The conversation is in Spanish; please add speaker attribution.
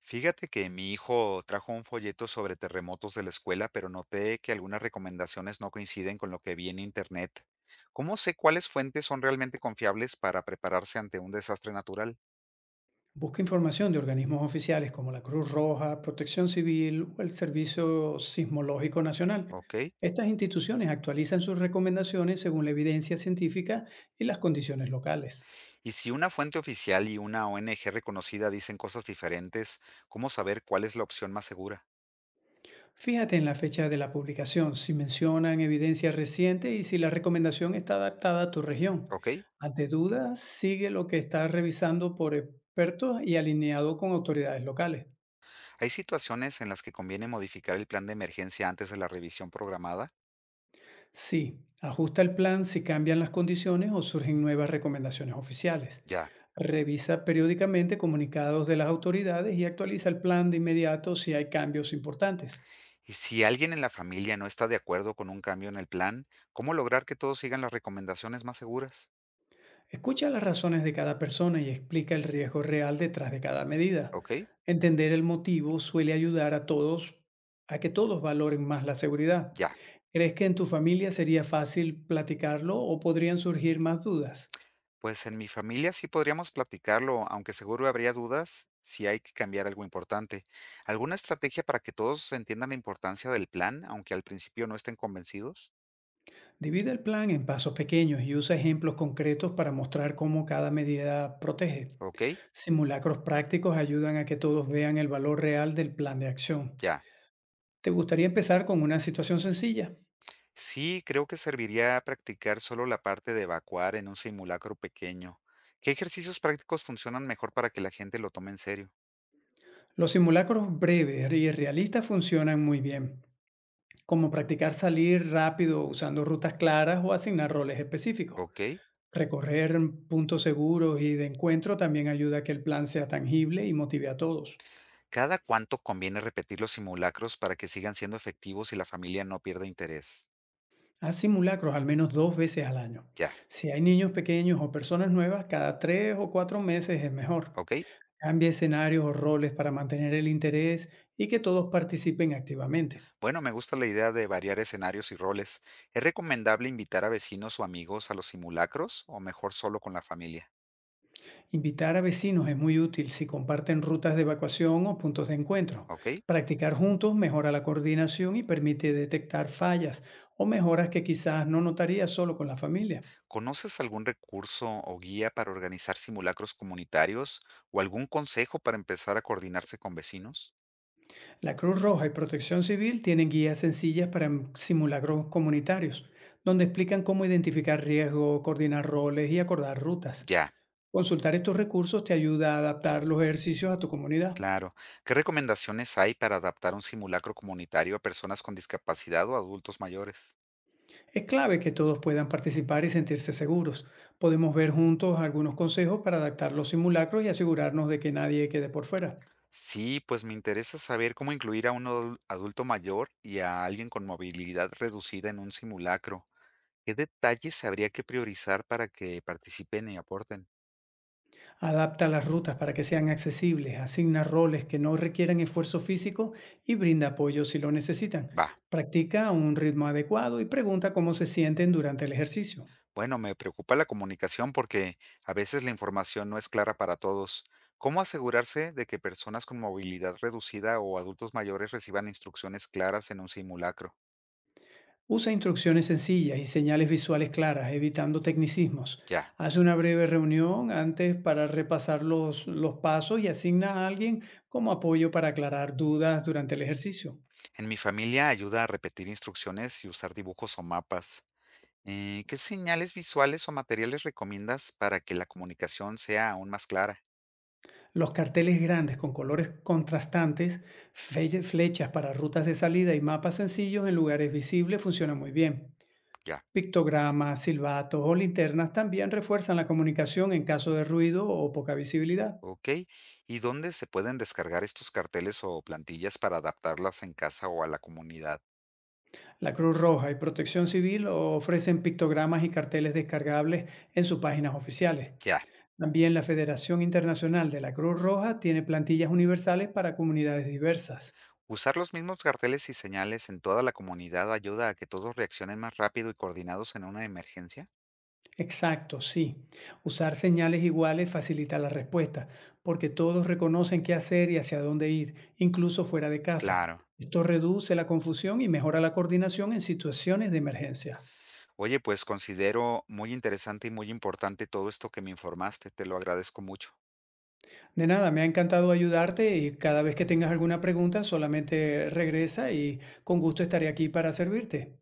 Speaker 1: Fíjate que mi hijo trajo un folleto sobre terremotos de la escuela, pero noté que algunas recomendaciones no coinciden con lo que vi en internet. ¿Cómo sé cuáles fuentes son realmente confiables para prepararse ante un desastre natural?
Speaker 2: Busca información de organismos oficiales como la Cruz Roja, Protección Civil o el Servicio Sismológico Nacional.
Speaker 1: ¿Ok?
Speaker 2: Estas instituciones actualizan sus recomendaciones según la evidencia científica y las condiciones locales.
Speaker 1: Y si una fuente oficial y una ONG reconocida dicen cosas diferentes, ¿cómo saber cuál es la opción más segura?
Speaker 2: Fíjate en la fecha de la publicación, si mencionan evidencia reciente y si la recomendación está adaptada a tu región.
Speaker 1: ¿Ok?
Speaker 2: Ante dudas, sigue lo que estás revisando por expertos y alineado con autoridades locales.
Speaker 1: ¿Hay situaciones en las que conviene modificar el plan de emergencia antes de la revisión programada?
Speaker 2: Sí, ajusta el plan si cambian las condiciones o surgen nuevas recomendaciones oficiales.
Speaker 1: Ya.
Speaker 2: Revisa periódicamente comunicados de las autoridades y actualiza el plan de inmediato si hay cambios importantes.
Speaker 1: Y si alguien en la familia no está de acuerdo con un cambio en el plan, ¿cómo lograr que todos sigan las recomendaciones más seguras?
Speaker 2: Escucha las razones de cada persona y explica el riesgo real detrás de cada medida.
Speaker 1: ¿Ok?
Speaker 2: Entender el motivo suele ayudar a todos a que todos valoren más la seguridad.
Speaker 1: Ya.
Speaker 2: ¿Crees que en tu familia sería fácil platicarlo o podrían surgir más dudas?
Speaker 1: Pues en mi familia sí podríamos platicarlo, aunque seguro habría dudas si hay que cambiar algo importante. ¿Alguna estrategia para que todos entiendan la importancia del plan, aunque al principio no estén convencidos?
Speaker 2: Divide el plan en pasos pequeños y usa ejemplos concretos para mostrar cómo cada medida protege.
Speaker 1: ¿Ok?
Speaker 2: Simulacros prácticos ayudan a que todos vean el valor real del plan de acción.
Speaker 1: Ya.
Speaker 2: ¿Te gustaría empezar con una situación sencilla?
Speaker 1: Sí, creo que serviría practicar solo la parte de evacuar en un simulacro pequeño. ¿Qué ejercicios prácticos funcionan mejor para que la gente lo tome en serio?
Speaker 2: Los simulacros breves y realistas funcionan muy bien, como practicar salir rápido usando rutas claras o asignar roles específicos.
Speaker 1: ¿Ok?
Speaker 2: Recorrer puntos seguros y de encuentro también ayuda a que el plan sea tangible y motive a todos.
Speaker 1: ¿Cada cuánto conviene repetir los simulacros para que sigan siendo efectivos y la familia no pierda interés?
Speaker 2: Haz simulacros al menos 2 veces al año.
Speaker 1: Ya,
Speaker 2: Si hay niños pequeños o personas nuevas, cada 3 o 4 meses es mejor.
Speaker 1: ¿ok?
Speaker 2: Cambia escenarios o roles para mantener el interés y que todos participen activamente.
Speaker 1: Bueno, me gusta la idea de variar escenarios y roles. ¿Es recomendable invitar a vecinos o amigos a los simulacros o mejor solo con la familia?
Speaker 2: Invitar a vecinos es muy útil si comparten rutas de evacuación o puntos de encuentro.
Speaker 1: ¿Ok?
Speaker 2: Practicar juntos mejora la coordinación y permite detectar fallas o mejoras que quizás no notarías solo con la familia.
Speaker 1: ¿Conoces algún recurso o guía para organizar simulacros comunitarios o algún consejo para empezar a coordinarse con vecinos?
Speaker 2: La Cruz Roja y Protección Civil tienen guías sencillas para simulacros comunitarios, donde explican cómo identificar riesgos, coordinar roles y acordar rutas.
Speaker 1: Ya,
Speaker 2: Consultar estos recursos te ayuda a adaptar los ejercicios a tu comunidad.
Speaker 1: claro. ¿Qué recomendaciones hay para adaptar un simulacro comunitario a personas con discapacidad o adultos mayores?
Speaker 2: Es clave que todos puedan participar y sentirse seguros. Podemos ver juntos algunos consejos para adaptar los simulacros y asegurarnos de que nadie quede por fuera.
Speaker 1: Sí, pues me interesa saber cómo incluir a un adulto mayor y a alguien con movilidad reducida en un simulacro. ¿Qué detalles habría que priorizar para que participen y aporten?
Speaker 2: Adapta las rutas para que sean accesibles, asigna roles que no requieran esfuerzo físico y brinda apoyo si lo necesitan.
Speaker 1: Va.
Speaker 2: Practica a un ritmo adecuado y pregunta cómo se sienten durante el ejercicio.
Speaker 1: Bueno, me preocupa la comunicación porque a veces la información no es clara para todos. ¿Cómo asegurarse de que personas con movilidad reducida o adultos mayores reciban instrucciones claras en un simulacro?
Speaker 2: Usa instrucciones sencillas y señales visuales claras, evitando tecnicismos.
Speaker 1: Ya.
Speaker 2: Haz una breve reunión antes para repasar los pasos y asigna a alguien como apoyo para aclarar dudas durante el ejercicio.
Speaker 1: En mi familia ayuda a repetir instrucciones y usar dibujos o mapas. ¿Qué señales visuales o materiales recomiendas para que la comunicación sea aún más clara?
Speaker 2: Los carteles grandes con colores contrastantes, flechas para rutas de salida y mapas sencillos en lugares visibles funcionan muy bien.
Speaker 1: Ya,
Speaker 2: Pictogramas, silbatos o linternas también refuerzan la comunicación en caso de ruido o poca visibilidad.
Speaker 1: ok. ¿Y dónde se pueden descargar estos carteles o plantillas para adaptarlas en casa o a la comunidad?
Speaker 2: La Cruz Roja y Protección Civil ofrecen pictogramas y carteles descargables en sus páginas oficiales.
Speaker 1: Ya.
Speaker 2: También la Federación Internacional de la Cruz Roja tiene plantillas universales para comunidades diversas.
Speaker 1: Usar los mismos carteles y señales en toda la comunidad ayuda a que todos reaccionen más rápido y coordinados en una emergencia.
Speaker 2: Exacto, sí. Usar señales iguales facilita la respuesta, porque todos reconocen qué hacer y hacia dónde ir, incluso fuera de casa.
Speaker 1: Claro.
Speaker 2: Esto reduce la confusión y mejora la coordinación en situaciones de emergencia.
Speaker 1: Oye, pues considero muy interesante y muy importante todo esto que me informaste. Te lo agradezco mucho.
Speaker 2: De nada, me ha encantado ayudarte y cada vez que tengas alguna pregunta, solamente regresa y con gusto estaré aquí para servirte.